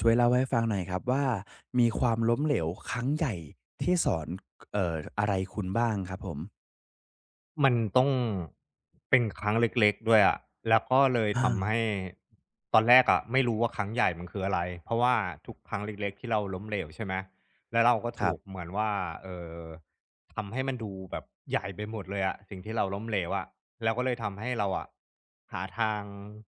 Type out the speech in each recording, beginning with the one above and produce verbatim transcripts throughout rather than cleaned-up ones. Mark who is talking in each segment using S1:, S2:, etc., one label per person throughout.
S1: ช่วยเล่าให้ฟังหน่อยครับว่ามีความล้มเหลวครั้งใหญ่ที่สอนเอ่ออะไรคุณบ้างครับผม
S2: มันต้องเป็นครั้งเล็กๆด้วยอะแล้วก็เลยทำ
S1: อา
S2: ให้ตอนแรกอะไม่รู้ว่าครั้งใหญ่มันคืออะไรเพราะว่าทุกครั้งเล็กๆที่เราล้มเหลวใช่ไหมแล้วเราก็
S1: ค
S2: ถู
S1: รั
S2: ก
S1: บ
S2: เหมือนว่าเอ่อทำให้มันดูแบบใหญ่ไปหมดเลยอะสิ่งที่เราล้มเหลวอะแล้วก็เลยทำให้เราอะหาทาง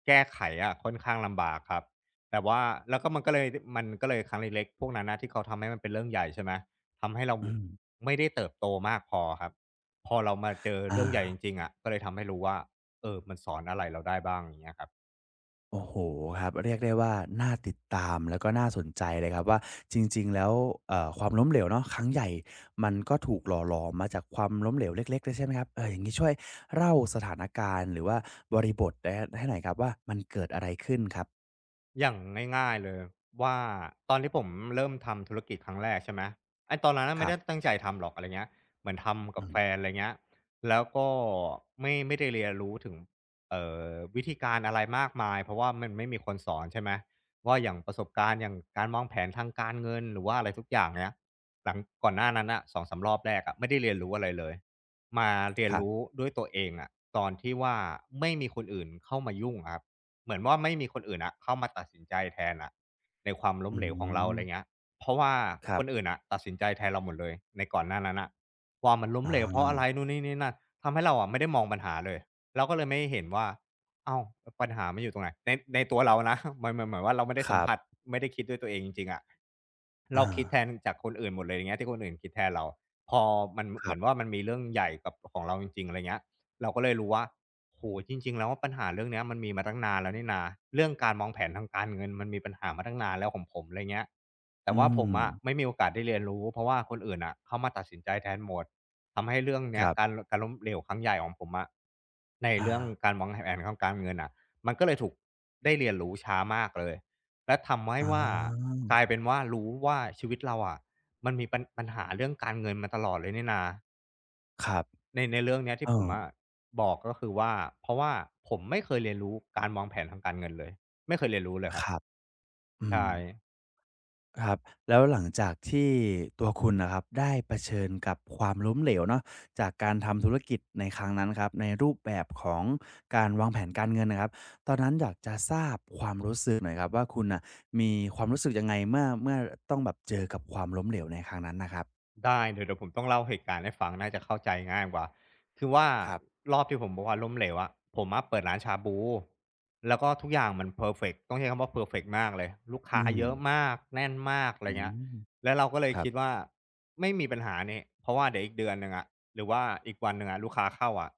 S2: แก้ไขอะค่อนข้างลำบากครับแต่ว่าแล้วก็มันก็เลยมันก็เลยครั้งเล็กๆพวกนั้นนะที่เขาทำให้มันเป็นเรื่องใหญ่ใช่ไหมทำให้เรา
S1: อืม
S2: ไม่ได้เติบโตมากพอครับ พอเรามาเจอเรื่องใหญ่จ
S1: อา
S2: ริงๆอะก็เลยทำให้รู้ว่าเออมันสอนอะไรเราได้บ้างอย่างเงี้ยครับ
S1: โอ้โฮครับเรียกได้ว่าน่าติดตามแล้วก็น่าสนใจเลยครับว่าจริงๆแล้วเอ่อความล้มเหลวเนาะครั้งใหญ่มันก็ถูกหล่อหลอมมาจากความล้มเหลวเล็กๆด้วยใช่ไหมครับเอออย่างงี้ช่วยเล่าสถานการณ์หรือว่าบริบทได้ให้หน่อยครับว่ามันเกิดอะไรขึ้นครับ
S2: อย่างง่ายๆเลยว่าตอนที่ผมเริ่มทำธุรกิจครั้งแรกใช่ไหมไอ้ตอนนั้นนะ
S1: ค
S2: ไม่
S1: รับ
S2: ได้ตั้งใจทำหรอกอะไรเงี้ยเหมือนทำกั
S1: อื
S2: บ
S1: ม
S2: แฟนอะไรเงี้ยแล้วก็ไม่ไม่ได้เรียนรู้ถึงเอ่อวิธีการอะไรมากมายเพราะว่ามันไม่มีคนสอนใช่ไหมว่าอย่างประสบการณ์อย่างการวางแผนทางการเงินหรือว่าอะไรทุกอย่างเนี้ยหลังก่อนหน้านั้นอะสองสามรอบแรกอะไม่ได้เรียนรู้อะไรเลยมาเรีย
S1: ค
S2: น
S1: รั
S2: รู้
S1: บ
S2: ด้วยตัวเองอะตอนที่ว่าไม่มีคนอื่นเข้ามายุ่งอะครับ เหมือนว่าไม่มีคนอื่นอะเข้ามาตัดสินใจแทนอ่ะในความล้ม
S1: อื
S2: เหลวของเราอะ
S1: ม
S2: ไรเงี้ยเพราะว่า
S1: ครั
S2: คน
S1: บ
S2: อื่นอ่ะตัดสินใจแทนเราหมดเลยในก่อนหน้านั้นอ่ะว่ามันล้ม
S1: อ
S2: เหลวเพราะอะไร
S1: า
S2: นู่นนี่นี่นั่นทำให้เราอะไม่ได้มองปัญหาเลยเราก็เลยไม่เห็นว่าเอ้าปัญหามันอยู่ตรงไหนในในตัวเรานะ มันมันเหมือนว่าเราไม่ได้
S1: ค
S2: สัม
S1: รั
S2: ผัส
S1: บ
S2: ไม่ได้คิดด้วยตัวเองจริงๆอะ
S1: อา
S2: เราคิดแทนจากคนอื่นหมดเลยอย่างเงี้ยที่คนอื่นคิดแทนเราพอมัน
S1: ค
S2: เห
S1: รั
S2: มือน
S1: บ
S2: ว่ามันมีเรื่องใหญ่กับของเราจริงๆอะไรเงี้ย เราก็เลยรู้ว่าโหจริงๆแล้วว่าปัญหาเรื่องเนี้ยมันมีมาตั้งนานแล้วนี่นาเรื่องการมองแผนทางการเงินมันมีปัญหามาตั้งนานแล้วของผมอะไรเงี้ยแต่
S1: อื
S2: ว่าผม
S1: ม
S2: อะไม่มีโอกาสได้เรียนรู้เพราะว่าคนอื่นอะเขามาตัดสินใจแทนหมดทำให้เรื่อง
S1: ค
S2: เนี้ย
S1: รั
S2: การ
S1: บ
S2: การล้มเหลวครั้งใหญ่ของผมอะใน
S1: อา
S2: เรื่องการวางแผนทางการเงินอะมันก็เลยถูกได้เรียนรู้ช้ามากเลยและทำให้
S1: อ๋
S2: ว่า
S1: อ
S2: กลายเป็นว่ารู้ว่าชีวิตเราอะมันมีปัญปัญหาเรื่องการเงินมาตลอดเลยนี่นา
S1: ครับ
S2: ในในเรื่องเนี้ย
S1: เอ
S2: ที่ผมอะ
S1: อ
S2: บอกก็คือว่าเพราะว่าผมไม่เคยเรียนรู้การวางแผนทางการเงินเลยไม่เคยเรียนรู้เลยค
S1: ค
S2: รับ
S1: รับอื
S2: ใช่
S1: มครับ แล้วหลังจากที่ตัวคุณน่ะครับ ได้เผชิญกับความล้มเหลวเนาะจากการทำธุรกิจในครั้งนั้นครับ ในรูปแบบของการวางแผนการเงินน่ะครับตอนนั้นอยากจะทราบความรู้สึกหน่อยครับว่าคุณน่ะ มีความรู้สึกยังไงเมื่อเมื่อต้องแบบเจอกับความล้มเหลวในครั้งนั้นน่ะครับ
S2: ได้เดี๋ยวเดี๋ยวผมต้องเล่าเหตุการณ์ให้ฟังน่าจะเข้าใจง่ายกว่าคือว่า
S1: ครับ
S2: รอบที่ผมบอกว่าล้มเหลวอะผมอะเปิดร้านชาบูแล้วก็ทุกอย่างมันเพอร์เฟกต์ต้องใช้คำว่าเพอร์เฟกต์มากเลยลูกค้า
S1: อืม
S2: เยอะมากแน่นมากอะไร
S1: อื
S2: เงี้ย
S1: ม
S2: แล้วเราก็เลย
S1: ครับ
S2: คิดว่าไม่มีปัญหานี่เพราะว่าเดี๋ยวอีกเดือนหนึ่งอะหรือว่าอีกวันหนึ่งอะลูกค้าเข้าอะ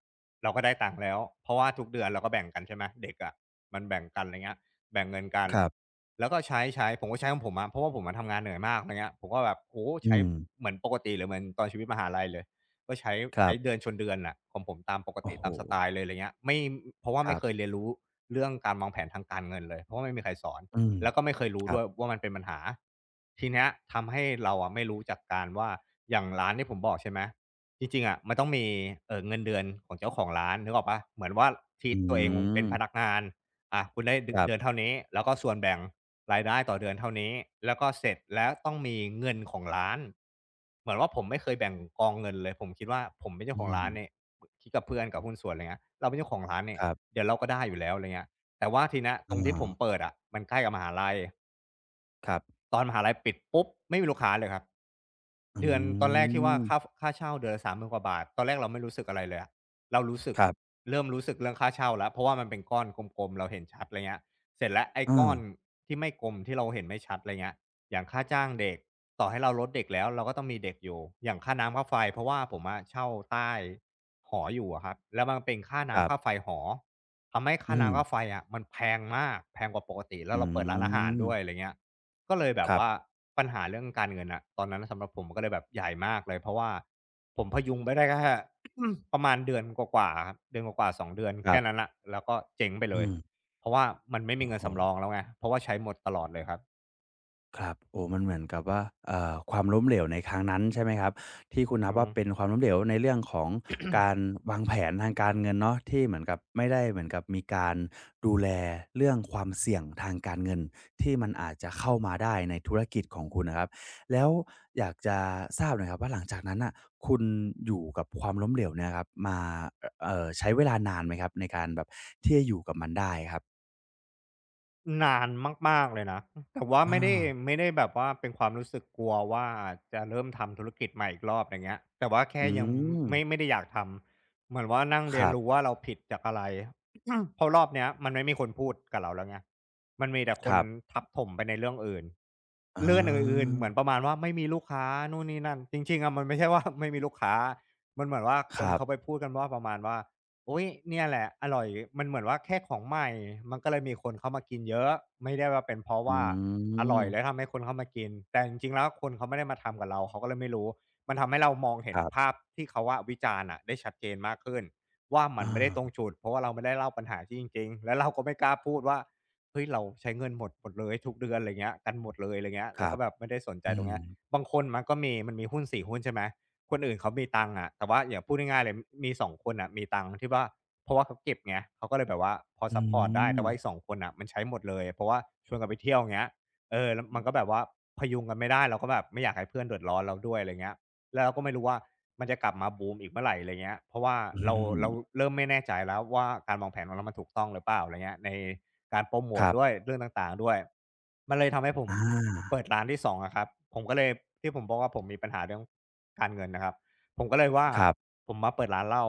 S2: เราก็ได้ตังค์แล้วเพราะว่าทุกเดือนเราก็แบ่งกันใช่ไหมเด็กอะมันแบ่งกันไรเงี้ย แบ่งเงินกัน
S1: ครับ
S2: แล้วก็ใช้ใช้ผมก็ใช้ของผมอะเพราะว่าผมอะทำงานเหนื่อยมากอะไรเงี้ยผมก็แบบโอ้
S1: อื
S2: ใช้
S1: ม
S2: เหมือนปกติเลยเหมือนตอนชีวิตมหาลัยเลยก็ใช้
S1: ครั
S2: ใช้เดือน
S1: บ
S2: ชนเดือนนะของผมตามปก
S1: โอ้
S2: ติ
S1: โฮ
S2: ตามสไตล์เลยอะไรเงี้ยไม่เพราะว่า
S1: ค
S2: ไม่
S1: รับ
S2: เคยเรียนรู้เรื่องการวางแผนทางการเงินเลยเพราะว่าไม่มีใครสอน
S1: อืม
S2: แล้วก็ไม่เคยรู้
S1: ครั
S2: ด้วย
S1: บ
S2: ว่ามันเป็นปัญหาทีเนี้ยทำให้เราอะไม่รู้จักการว่าอย่างร้านที่ผมบอกใช่ไหมจริงๆอะมันต้องมีเอ่อเงินเดือนของเจ้าของร้านนึกออกเปะเหมือนว่าทิ
S1: อื
S2: e ตัวเองเป็นพนัก
S1: ม
S2: งาน อะคุณได้
S1: ครั
S2: เดือน
S1: บ
S2: เท่านี้แล้วก็ส่วนแบ่งรายได้ต่อเดือนเท่านี้แล้วก็เสร็จแล้วต้องมีเงินของร้านเหมือนว่าผมไม่เคยแบ่งกองเงินเลยผมคิดว่าผมเป็นเจ้า
S1: อื
S2: ของ
S1: ม
S2: ร้านเนี่ยคิดกับเพื่อนกับหุ้นส่วนอะไรเงี้ยเราเป็นเจ้าของร้านเนี่ย
S1: ครับ
S2: เดี๋ยวเราก็ได้อยู่แล้วอะไรเงี้ยแต่ว่าทีเนี้ย
S1: อ
S2: ตรงที่
S1: า
S2: ผมเปิดอะมันใกล้กับมหาลัย
S1: ครับ
S2: ตอนมหาลัยปิดปุ๊บไม่มีลูกค้าเลยครับ
S1: อื
S2: เดือนตอนแรกที่ว่า
S1: ม
S2: ค่าค่าเช่าเดือนละสามหมื่นกว่าบาทตอนแรกเราไม่รู้สึกอะไรเลยอะเรารู้สึก
S1: ครับ
S2: เริ่มรู้สึกเรื่องค่าเช่าแล้วเพราะว่ามันเป็นก้อนกลมๆเราเห็นชัดไรเงี้ยเสร็จแล้วไอ้
S1: อา
S2: ก้อนที่ไม่กลมที่เราเห็นไม่ชัดไรเงี้ยอย่างค่าจ้างเด็กต่อให้เราลดเด็กแล้วเราก็ต้องมีเด็กอยู่อย่างค่าน้ำค่าไฟเพราะว่าผมอะเช่าใต้หออยู่อะครับแล้วมันเป็นค่า
S1: ครั
S2: น้ำค่าไฟ
S1: บ
S2: หอทำให้ค่า
S1: อืม
S2: น้ำค่าไฟอะมันแพงมากแพงกว่าปกติแล้
S1: อื
S2: วเราเปิดร้านอาหารด้วยไร
S1: ม
S2: เงี้ย ก็เลยแบ
S1: ค
S2: บ
S1: รั
S2: ว่า
S1: บ
S2: ปัญหาเรื่องการเงินอะตอนนั้นสำหรับผมก็เลยแบบใหญ่มากเลยเพราะว่าผมพยุงไปได้แค่ ประมาณเดือนกว่าๆอะครับเดือนกว่าๆสองเดือน
S1: ครั
S2: แค่นั้น
S1: บ
S2: ละแล้วก็เจ๊งไปเล
S1: อื
S2: ย
S1: ม
S2: เพราะว่ามันไม่มี
S1: โอ้
S2: เงิ
S1: โฮ
S2: นสำรองแล้วไงเพราะว่าใช้หมดตลอดเลยครับ
S1: ครับโอ้มันเหมือนกับว่าเอ่อความล้มเหลวในครั้งนั้นใช่ไหมครับที่คุณ
S2: อือ
S1: นับ
S2: ฮึ
S1: ว่าเป็นความล้มเหลวในเรื่องของการวางแผนทางการเงินเนาะที่เหมือนกับไม่ได้เหมือนกับมีการดูแลเรื่องความเสี่ยงทางการเงินที่มันอาจจะเข้ามาได้ในธุรกิจของคุณนะครับแล้วอยากจะทราบหน่อยครับว่าหลังจากนั้นน่ะคุณอยู่กับความล้มเหลวเนี่ยครับมาอเอ่อใช้เวลานานไหมครับในการแบบที่จะอยู่กับมันได้ครับ
S2: นานมากๆเลยนะ แต่ว่า
S1: อา
S2: ไม่ได้ไม่ได้แบบว่าเป็นความรู้สึกกลัวว่าจะเริ่มทำธุรกิจใหม่อีกรอบอย่างเงี้ยแต่ว่าแค่
S1: อื
S2: ยัง
S1: ม
S2: ไม่ไม่ได้อยากทำเหมือนว่านั่ง
S1: ค
S2: เรียน
S1: รั
S2: รู้
S1: บ
S2: ว่าเราผิดจากอะไร เพราะรอบเนี้ยมันไม่มีคนพูดกับเราแล้วไงมันมีแต่ค
S1: ค
S2: น
S1: รับ
S2: ทับถมไปในเรื่องอื่น
S1: อา
S2: เรื่องอื่นๆเหมือนประมาณว่าไม่มีลูกค้านู่นนี่นั่นจริงๆอะมันไม่ใช่ว่าไม่มีลูกค้ามันเหมือนว่า
S1: ค
S2: คน
S1: รั
S2: เขาไป
S1: บ
S2: พูดกันว่าประมาณว่า อุ๊ยเนี่ยแหละอร่อยมันเหมือนว่าแค่ของใหม่มันก็เลยมีคนเข้ามากินเยอะไม่ได้ว่าเป็นเพราะ
S1: อื
S2: ว่าอร่
S1: ม
S2: อยแล้วทำให้คนเข้ามากินแต่จริงๆแล้วคนเขาไม่ได้มาทำกับเราเขาก็เลยไม่รู้มันทำให้เรามองเห็
S1: ค
S2: น
S1: รั
S2: ภา
S1: บ
S2: พที่เขาอะวิจารณ์อะได้ชัดเจนมากขึ้นว่า
S1: อ
S2: มันไม่ได้ตรง
S1: า
S2: จุดเพราะว่าเราไม่ได้เล่าปัญหาที่จริงๆแล้วเราก็ไม่กล้าพูดว่าเฮ้ยเราใช้เงินหมดหมดเลยทุกเดือนไรเงี้ยกันหมดเลยไรเงี้ย
S1: ค
S2: แล้ว
S1: รั
S2: ก็
S1: บ
S2: แบบไม่ได้สนใจ
S1: อื
S2: ตรง
S1: ม
S2: เนี้ยบางคนมันก็มีมันมีหุ้นสี่หุ้นใช่ไหม คนอื่นเขามีตังค์อะแต่ว่าอย่างพูดง่ายๆเลย มีสองคนน่ะมีตังค์ที่ว่าเพราะว่าเขาเก็บไงเขาก็เลยแบบว่าพอ
S1: อื
S2: ซัปพอร์ตได้
S1: ม
S2: แต่ว่าอีกสองคนน่ะมันใช้หมดเลย เพราะว่าชวนกันไปเที่ยวอย่างเงี้ยเออแล้วมันก็แบบว่าพยุงกันไม่ได้เราก็แบบไม่อยากให้เพื่อนเดือดร้อนเราด้วยอะไรเงี้ย แล้วก็ไม่รู้ว่ามันจะกลับมาบูมอีกเมื่อไหร่อะไรเงี้ยเพราะว่า
S1: อื
S2: เรา
S1: ม
S2: เราเริ่มไม่แน่ใจแล้วว่าการวางแผนของเรามันถูกต้องหรือเปล่าอะไรเงี้ยในการโปรโม
S1: ค
S2: ท
S1: รั
S2: ด้วย
S1: บ
S2: เรื่องต่างๆด้วยมันเลยทำให้ผ
S1: อ
S2: ม
S1: า
S2: เปิดร้านที่สององอะครับผมก็เลยที่ผมบอกว่าผมมีปัญหาเรื่องการเงินนะครับผมก็เลยว่า
S1: ครับ
S2: ผมมาเปิดร้านเหล้า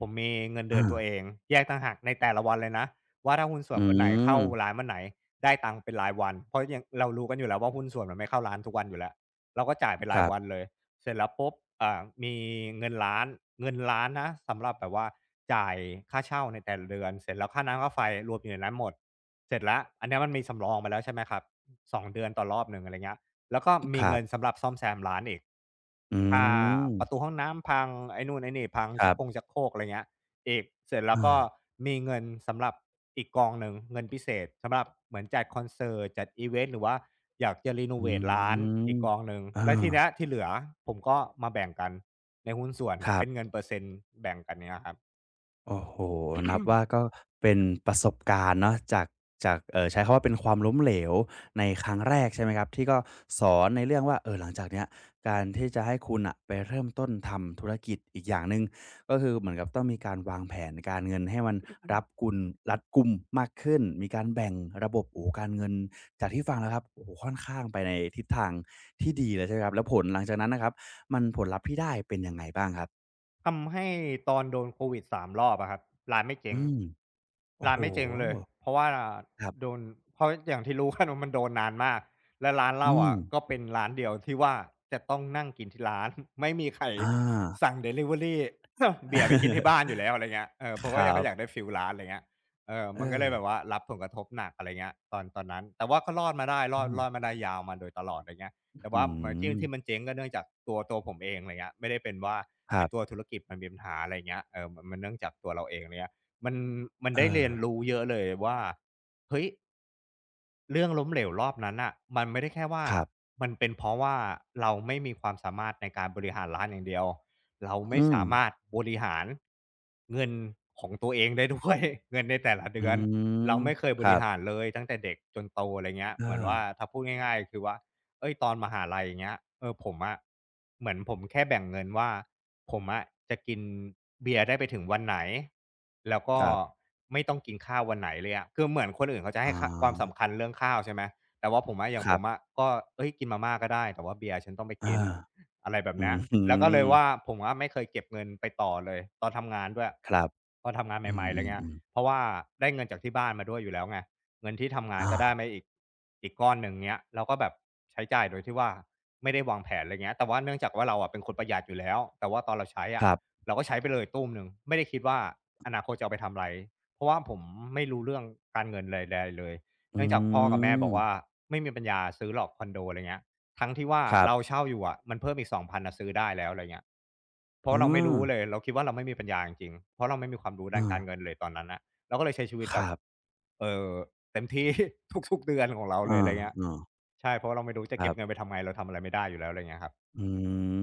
S2: ผมมีเงินเดือน
S1: อา
S2: ตัวเองแยกต่างหากในแต่ละวันเลยนะว่าถ้าหุ้นส่
S1: อื
S2: วนคนไหนเข้า
S1: ม
S2: ร้านเมื่อไหนได้ตังค์เป็นรายวันเพราะอย่างเรารู้กันอยู่แล้วว่าหุ้นส่วนมันไม่เข้าร้านทุกวันอยู่แล้วเราก็จ่ายเป็น
S1: ค
S2: ราย
S1: รั
S2: วัน
S1: บ
S2: เลย เสร็จแล้วปุ๊บอ่ามีเงินล้านเงินล้านนะสำหรับแบบว่าจ่ายค่าเช่าในแต่ละเดือนเสร็จแล้วค่าน้ำค่าไฟรวมอยู่ในนั้นหมดเสร็จแล้วอันเนี้ยมันมีสำรองไปแล้วใช่ไหมครับสองเดือนต่อรอบหนึ่งอะไรเงี้ยแล้วก็
S1: ค
S2: มี
S1: รั
S2: เงิน
S1: บ
S2: สำหรับซ่อมแซมร้านอีก
S1: อื
S2: ค่า
S1: ม
S2: ประตูห้องน้ำพังไอ้นู่นไอ้นี่พัง
S1: ครั
S2: ชักโครง
S1: บ
S2: ชักโครกอะไรเงี้ย อีกเสร็จแล้วก็
S1: อา
S2: มีเงินสำหรับอีกกองหนึ่งเงินพิเศษสำหรับเหมือนจัดคอนเสิร์ตจัดอิเวนต์หรือว่าอยากจะรีโน
S1: อื
S2: เวตร้าน
S1: ม
S2: อีกกองหนึ่ง
S1: เออ
S2: แล้วทีเนี้ยที่เหลือผมก็มาแบ่งกันในหุ้นส่วน
S1: ครั
S2: เป็นเงิ
S1: บ
S2: นเปอร์เซ็นต์แบ่งกันเงี้ยครับ
S1: โอ้โหนับว่าก็เป็นประสบการณ์เนาะจากจากเออใช้คำว่าเป็นความล้มเหลวในครั้งแรกใช่ไหมครับที่ก็สอนในเรื่องว่าเอ่อหลังจากเนี้ยการที่จะให้คุณอ่ะไปเริ่มต้นทำธุรกิจอีกอย่างหนึ่งก็คือเหมือนกับต้องมีการวางแผนการเงินให้มันรับกุลรัดกุมมากขึ้นมีการแบ่งระบบโอ้การเงินจากที่ฟังแล้วครับโอ้โหค่อนข้างไปในทิศทางที่ดีเลยใช่ไหมครับแล้วผลหลังจากนั้นนะครับมันผลลัพธ์ที่ได้เป็นยังไงบ้างครับ
S2: ทำให้ตอนโดนโควิดสามรอบอะครับร้านไม่
S1: อื
S2: เจ๊ง
S1: มโอ้
S2: ร้า
S1: โห
S2: นไม่เจ๊งเลยเพราะว่า
S1: ครั
S2: โด
S1: บ
S2: นเพราะอย่างที่รู้กันว่า มันโดนนานมากและร้านเหล้า
S1: อืม
S2: อะก็เป็นร้านเดียวที่ว่าจะต้องนั่งกินที่ร้าน ไม่มีใคร
S1: อา
S2: สั่งดิลิ เวอรีเบียร์ไปกินที่บ้าน อยู่แล้วอะไรเงี้ยเออเพ
S1: ค
S2: ราะว่า
S1: รั
S2: ยเขาอยาก
S1: บ
S2: ได้ฟีลร้านอะไรเงี้ยเออ
S1: เอ
S2: มันก็เล
S1: อ
S2: ยแบบว่ารับผลกระทบหนักอะไรเงี้ยตอนตอนนั้นแต่ว่าก็รอดมาได้ร
S1: อื
S2: อดร
S1: ม
S2: อดมาได้ยาวมาโดยตลอดอะไรเงี้ยแต่
S1: อื
S2: ว่ามที่
S1: ม
S2: ที่มันเจ๊งก็เนื่องจากตัวตัวผมเองอะไรเงี้ยไม่ได้เป็นว่า
S1: ครั
S2: ไอ้ตัว
S1: บ
S2: ธุรกิจมันมีปัญหาอะไรเงี้ยเออมันมันเนื่องจากตัวเราเองะไรเงี้ยมันมัน
S1: เอ
S2: ได้เรี
S1: อ
S2: ยนรู้เยอะเลยว่าเฮ้ยเรื่องล้มเหลวรอบนั้นอ่ะมันไม่ได้แค่ว่า
S1: ครับ
S2: มันเป็นเพราะว่าเราไม่มีความสามารถในการบริหารร้านอย่างเดียวเราไม่
S1: อืม
S2: สามารถบริหารเงินของตัวเองได้ด้วย เงินในแต่ละ
S1: อื
S2: เดือนเรา
S1: ม
S2: ไม่เคย
S1: ค
S2: บ
S1: รั
S2: ริ
S1: บ
S2: หารเลยตั้งแต่เด็กจนโตอะไรเงี้ย
S1: เอ
S2: เหมือน
S1: อ
S2: ว่าถ้าพูดง่ายๆคือว่าเอ้ยตอนมหาลัยอย่างเงี้ยเออผมอะเหมือนผมแค่แบ่งเงินว่า ผมอะจะกินเบียร์ได้ไปถึงวันไหนแล้วก็
S1: ครับ
S2: ไม่ต้องกินข้าววันไหนเลยอะคือเหมือนคนอื่นเขาจะ
S1: อ๋อ
S2: ให้คาความสำคัญเรื่องข้าวใช่ไหมแต่ว่าผมอะอย่า
S1: ค
S2: งผ
S1: รั
S2: ม
S1: บ
S2: อะก็เฮ้ยกินมาม่าก็ได้แต่ว่าเบียร์ฉันต้องไป
S1: เอ
S2: กิน
S1: อ
S2: อะไรแบบ
S1: อื
S2: เนี้ยแล้วก็เลย
S1: ม
S2: ว่าผมอะไม่เคยเก็บเงินไปต่อเลยตอนทำงานด้วย
S1: ครับ
S2: ตอนทำงาน
S1: อื
S2: ใหม่ๆอะไรเงี้ย
S1: มๆๆ
S2: เพราะว่าได้เงินจากที่บ้านมาด้วยอยู่แล้วไง เงินที่ทำงาน
S1: อา
S2: ก็ได้มาอีกอีกก้อนหนึ่งเงี้ยเราก็แบบใช้จ่ายโดยที่ว่าไม่ได้วางแผนอะไรเงี้ยแต่ว่าเนื่องจากว่าเราอะเป็นคนประหยัดอยู่แล้วแต่ว่าตอนเราใช้
S1: ค
S2: อะ
S1: รับ
S2: เราก็ใช้ไปเลยตู้มหนึ่งไม่ได้คิดว่าอนาคตจะเอาไปทำอะไรเพราะว่าผมไม่รู้เรื่องการเงินเลยใดเลย
S1: อื
S2: เนื่องจากพ่อกับแม่บอ
S1: ม
S2: กว่าไม่มีปัญญาซื้อหรอกคอนโดอะไรเงี้ยทั้งที่ว่า
S1: ครับ
S2: เราเช่าอยู่อะมันเพิ่มอีกสองพันองพันอะซื้อได้แล้วอะไรเงี้ยเพ
S1: เอื
S2: ราะเราไม่รู้เลยเราคิดว่าเราไม่มีปัญญาจริงๆเพราะเราไม่มีความรู้
S1: เอ
S2: ด้าน
S1: อ
S2: การเงินเลยตอนนั้นน่ะเราก็เลยใช้ชีวิต
S1: ค
S2: แบบ
S1: รับ
S2: เอ่อ เต็มที่ ทุกๆเดือนของเราเลยอะไรเงี้ย
S1: เออ
S2: ใช่เพราะว่าเราไม่รู้
S1: ๆค
S2: จะ
S1: รั
S2: เก็บ
S1: บ
S2: เงินไปทำไงเราทำอะไรไม่ได้อยู่แล้วอะไรเงี้ยครับ
S1: อื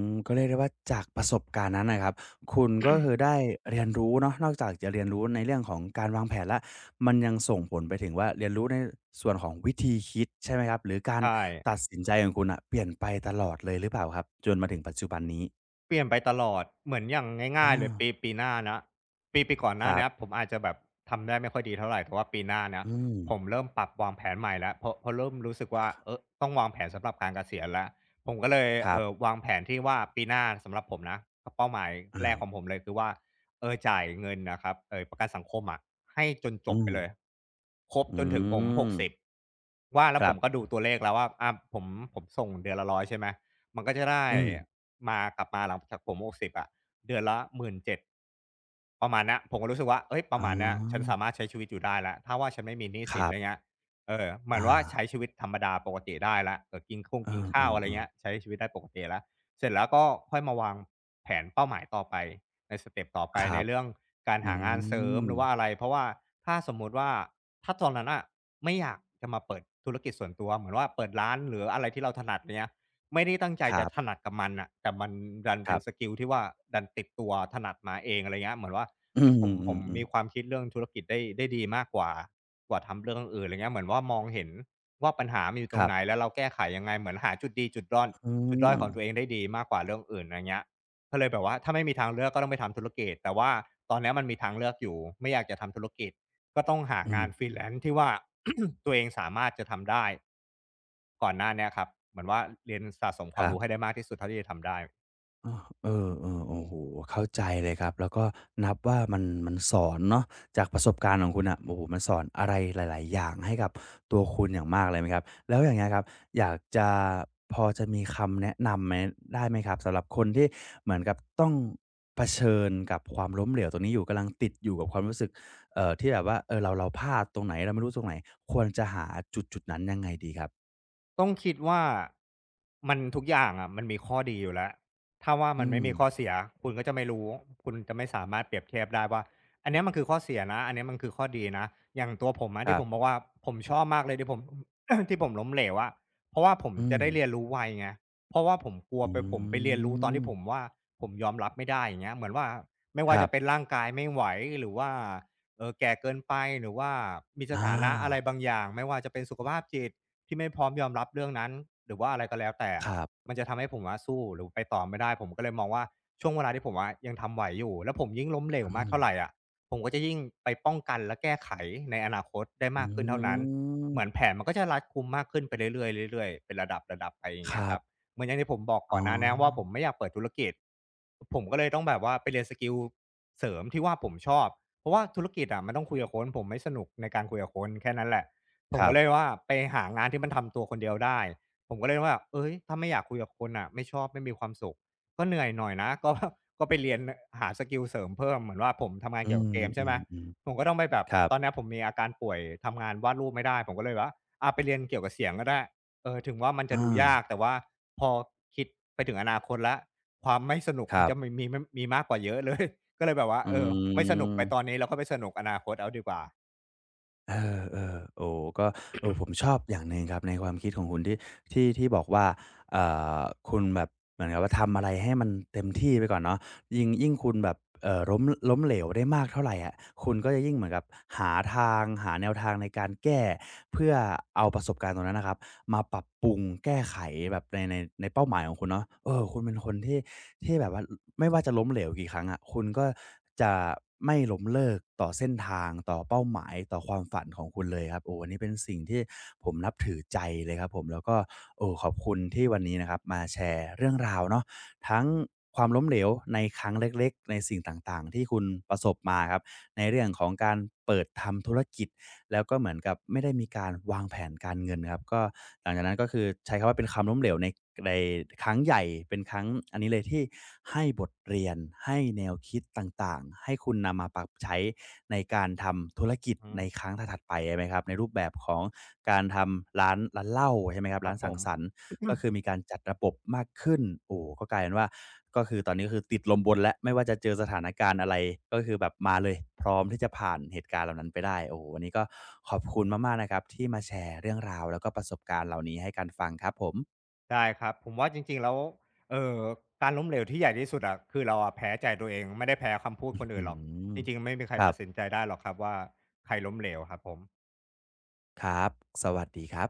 S1: มก็เรียกได้ว่าจากประสบการณ์นั้นนะครับคุณก็คือได้เรียนรู้เนาะนอกจากจะเรียนรู้ในเรื่องของการวางแผนแล้วมันยังส่งผลไปถึงว่าเรียนรู้ในส่วนของวิธีคิดใช่ไหมครับหรือการ
S2: ใช่
S1: ตัดสินใจของคุณน่ะเปลี่ยนไปตลอดเลยหรือเปล่าครับจนมาถึงปัจจุบันนี้
S2: เปลี่ยนไปตลอดเหมือนอย่าง
S1: อา
S2: ง่ายๆเลยปีปีหน้านะปีปีก่อนห
S1: ค
S2: น้า
S1: รับ
S2: เนี้ยผมอาจจะแบบทำได้ไม่ค่อยดีเท่าไรแต่ว่าปีหน้าเนี้ย
S1: อืม
S2: ผมเริ่มปรับวางแผนใหม่แล้วเพราะเพราะเริ่มรู้สึกว่าเออต้องวางแผนสำหรับการเกษียณแล้วผมก็เลย
S1: ครั
S2: เอ่อ
S1: บ
S2: วางแผนที่ว่าปีหน้าสำหรับผมนะเป้าหมาย
S1: อา
S2: แรกของผมเลยคือว่าเออจ่ายเงินนะครับเอ่อประกันสังคมอะให้จนจ
S1: อื
S2: บไป
S1: ม
S2: เลยครบ
S1: อื
S2: จนถึงผม
S1: ม
S2: หกสิบว่าแล้
S1: ค
S2: วผ
S1: รั
S2: มก็ดู
S1: บ
S2: ตัวเลขแล้วว่าอาผมผมส่งเดือนละหนึ่งร้อยใช่ไหม มันก็จะได้
S1: อืม
S2: มากลับมาหลังจากผมหกสิบอะเดือนละหมื่นเจ็ดประมาณนี้ผมก็รู้สึกว่าเอ้ยป
S1: อ๋
S2: ระ
S1: อ
S2: มาณนี้ฉันสามารถใช้ชีวิตอยู่ได้แล้วถ้าว่าฉันไม่มีหนี้
S1: ค
S2: สิน
S1: รั
S2: อะไร
S1: บ
S2: เงี้ยเออเหมือน
S1: อา
S2: ว่าใช้ชีวิตธรรมดาปกติได้แล้วเออกินข้ง
S1: เอ
S2: กินข้าวอะไร
S1: อๆ
S2: เงี้ย
S1: ๆ
S2: ใช้ชีวิตได้ปกติแล้วเสร็จแล้วก็ค่อยมาวางแผนเป้าหมายต่อไปในสเต็ปต่อไป
S1: ค
S2: ใน
S1: รับ
S2: เรื่องการ
S1: อื
S2: หางานเสริม
S1: ม
S2: หรือว่าอะไรเพราะว่าถ้าสมมุติว่าถ้าตอนนั้นนะไม่อยากจะมาเปิดธุรกิจส่วนตัวเหมือนว่าเปิดร้านหรืออะไรที่เราถนัดเนี้ย ไม่ได้ตั้งใจ
S1: ครั
S2: จะถ
S1: บ
S2: นัดกับมันน่ะแต่มันดัน
S1: ค
S2: เป็
S1: รั
S2: นส
S1: บ
S2: กิลที่ว่าดันติดตัวถนัดมาเองอะไรเงี้ยเหมือนว่า
S1: อื
S2: เฮ้
S1: ม
S2: ยผ
S1: อื
S2: มผม
S1: ม
S2: มี
S1: ๆ
S2: ค
S1: ๆ
S2: วามคิดเรื่องธุรกิจได้ได้ดีมากกว่ากว่าทำเรื่องอื่นอะไรเงี้ยเหมือนว่ามองเห็นว่าปัญหามันอยู่ต
S1: ค
S2: รง
S1: รั
S2: ไหน
S1: บ
S2: แล้วเราแก้ไขยังไงเหมือนหาจุดดีจุดด้อน
S1: อื
S2: จุดด้อยของตัวเอง
S1: ม
S2: ได้ดีมากกว่าเรื่องอื่นอะไรเงี้ยก็เลยแบบว่าถ้าไม่มีทางเลือกก็ต้องไปทำธุรกิจแต่ว่าตอนเนี้ยมันมีทางเลือกอยู่ไม่อยากจะทำธุรกิจ ก็ต้องหา
S1: อืม
S2: งาน ฟรีแลนซ์ ที่ว่า ตัวเองสามารถจะทำได้ก่อนหน้าเนี้ยครับเหมือนว่าเรียนสะสมค
S1: ค
S2: วาม
S1: รั
S2: รู้ให้
S1: บ
S2: ได้มากที่สุดเท่าที่จะทำได้
S1: อ้อเออๆโอ้โฮเข้าใจเลยครับ แล้วก็นับว่ามันมันสอนเนาะจากประสบการณ์ของคุณน่ะโอ้โฮมันสอนอะไรหลายๆ อย่างให้กับตัวคุณอย่างมากเลยไหมครับแล้วอย่างเงี้ยครับอยากจะพอจะมีคำแนะนำไหมได้ไหมครับ สำหรับคนที่เหมือนกับต้องเผชิญกับความล้มเหลวตรงนี้อยู่กำลังติดอยู่กับความรู้สึกเอ่อที่แบบว่าเออเราเราพลาดตรงไหนเราไม่รู้ตรงไหนควรจะหาจุดๆนั้นยังไงดีครับ
S2: ต้องคิดว่ามันทุกอย่างอะมันมีข้อดีอยู่แล้วถ้าว่ามั
S1: อื
S2: นไม่
S1: ม
S2: มีข้อเสียคุณก็จะไม่รู้คุณจะไม่สามารถเปรียบเทียบได้ว่าอันเนี้ยมันคือข้อเสียนะอันเนี้ยมันคือข้อดีนะอย่างตัวผมอะ
S1: ครั
S2: ที่ผมบอ
S1: บ
S2: กว่าผมชอบมากเลยที่ผม ที่ผมล้มเหลวอะเพราะว่าผม
S1: อืม
S2: จะได้เรียนรู้ไวไงเพราะว่าผมกลัว
S1: อื
S2: ไปผมไปเรียนรู้ตอน
S1: ม
S2: ที่ผมว่าผมยอมรับไม่ได้อย่างเงี้ยเหมือนว่าไม่
S1: ค
S2: ว่า
S1: รั
S2: จะเป็น
S1: บ
S2: ร่างกายไม่ไหวหรือว่าเออแก่เกินไปหรือว่ามีส
S1: อา
S2: ถานะอะไรบางอย่างไม่ว่าจะเป็นสุขภาพจิต ที่ไม่พร้อมยอมรับเรื่องนั้นหรือว่าอะไรก็แล้วแต่
S1: ครับ
S2: มันจะทำให้ผมอะสู้หรือไปต่อไม่ได้ผมก็เลยมองว่าช่วงเวลาที่ผมอะยังทำไหวอยู่แล้วผมยิ่งล้มเหลว
S1: อื
S2: มาก
S1: ม
S2: เท่าไรอะผมก็จะยิ่งไปป้องกันและแก้ไขในอนาคตได้
S1: อื
S2: มากขึ้นเท่านั้น
S1: ม
S2: เหมือนแผนมันก็จะรัดกุมมากขึ้นไปเรื่อยๆเรื่อยๆเป็นระดับๆไปอย่าง
S1: ค
S2: เงี้ย
S1: รั
S2: ครับ
S1: บ
S2: เหมือนอย่างที่ผมบอก
S1: อ๋อ
S2: ก่อนหน้าเนี้ยว่าผมไม่อยากเปิดธุรกิจผมก็เลยต้องแบบว่าไปเรียนสกิลเสริมที่ว่าผมชอบเพราะว่าธุรกิจอะมันต้องคุยกับคนผมไม่สนุกในการคุยกับคนแค่นั้นแหละ ผ
S1: ค
S2: ม
S1: รั
S2: ก็
S1: บ
S2: เลยว่าไปหางานที่มันทำตัวคนเดียวได้ ผมก็เลยว่าเอ้ยถ้าไม่อยากคุยกับคนน่ะไม่ชอบไม่มีความสุขก็เหนื่อยหน่อยนะ ก็ก็ไปเรียนหาสกิลเสริมเพิ่มเหมือนว่าผมทำงาน
S1: อื
S2: เกี่ยวกับเกมใช่ไหม
S1: ม
S2: ผ
S1: ๆ
S2: มก็ต้องไปแบบ
S1: ๆครับ
S2: ตอนเนี้ยผมมีอาการป่วยทำงานวาดรูปไม่ได้ผมก็เลยว่าอาไปเรียนเกี่ยวกับเสียงก็ได้เออถึงว่ามันจะ
S1: อา
S2: ดูยากแต่ว่าพอคิดไปถึงอนาคตแล้วความไม่สนุก
S1: ค
S2: มัน
S1: รั
S2: จะมี
S1: บ
S2: มีมมีมากกว่าเยอะเลย ก็เลยแบบว่า
S1: อื
S2: เออไม่สนุกไปตอน
S1: ม
S2: นี้แล้วค่อยไปสนุกอนาคตเอาดีกว่า
S1: เออๆโอ้ก็เออผมชอบอย่างหนึ่งครับ ในความคิดของคุณที่ที่ที่บอกว่าเอ่อคุณแบบเหมือนกับว่าทำอะไรให้มันเต็มที่ไปก่อนเนาะ ยิ่งยิ่งคุณแบบเอ่อล้มล้มเหลวได้มากเท่าไรอะคุณก็จะยิ่งเหมือนกับหาทางหาแนวทางในการแก้เพื่อเอาประสบการณ์ตรงนั้นนะครับมาปรับปรุงแก้ไขแบบในในในเป้าหมายของคุณเนาะเออคุณเป็นคนที่ที่แบบว่าไม่ว่าจะล้มเหลวกี่ครั้งอะคุณก็จะไม่ล้มเลิกต่อเส้นทางต่อเป้าหมายต่อความฝันของคุณเลยครับโอ้อันนี้เป็นสิ่งที่ผมนับถือใจเลยครับผมแล้วก็โอ้ขอบคุณที่วันนี้นะครับมาแชร์เรื่องราวเนาะ ทั้งความล้มเหลวในครั้งเล็กๆในสิ่งต่างๆที่คุณประสบมาครับในเรื่องของการเปิดทำธุรกิจแล้วก็เหมือนกับไม่ได้มีการวางแผนการเงินครับก็หลังจากนั้นก็คือใช้คำว่าเป็นความล้มเหลวในในครั้งใหญ่เป็นครั้งอันนี้เลยที่ให้บทเรียนให้แนวคิดต่างๆให้คุณนำมาปรับใช้ในการทำธุรกิจ
S2: อื
S1: ใน
S2: อ
S1: ครั้งถัดๆไปใช่ไหมครับในรูปแบบของการทำร้านร้านเหล้าใช่ไหมครับ
S2: ครั
S1: ร้า
S2: บ
S1: น
S2: ผ
S1: สัง
S2: ม
S1: สรรค์ ก็คือมีการจัดระบบมากขึ้นโอ้ก็กลายเป็นว่าก็คือตอนนี้ก็คือติดลมบนแล้วไม่ว่าจะเจอสถานการณ์อะไรก็คือแบบมาเลยพร้อมที่จะผ่านเหตุการณ์เหล่านั้นไปได้โอ้โฮวันนี้ก็ขอบคุณมากๆนะครับที่มาแชร์เรื่องราวแล้วก็ประสบการณ์เหล่านี้ให้กันฟังครับผม
S2: ได้ครับผมว่าจริงๆแล้วเอ่อการล้มเหลวที่ใหญ่ที่สุดอะคือเราอะแพ้ใจตัวเองไม่ได้แพ้คำพูดคน
S1: อื
S2: อื่นหรอก
S1: ม
S2: จริงๆไม่มีใคร
S1: ครั
S2: ตัดสิน
S1: บ
S2: ใจได้หรอกครับว่าใครล้มเหลวครับผม
S1: ครับสวัสดีครับ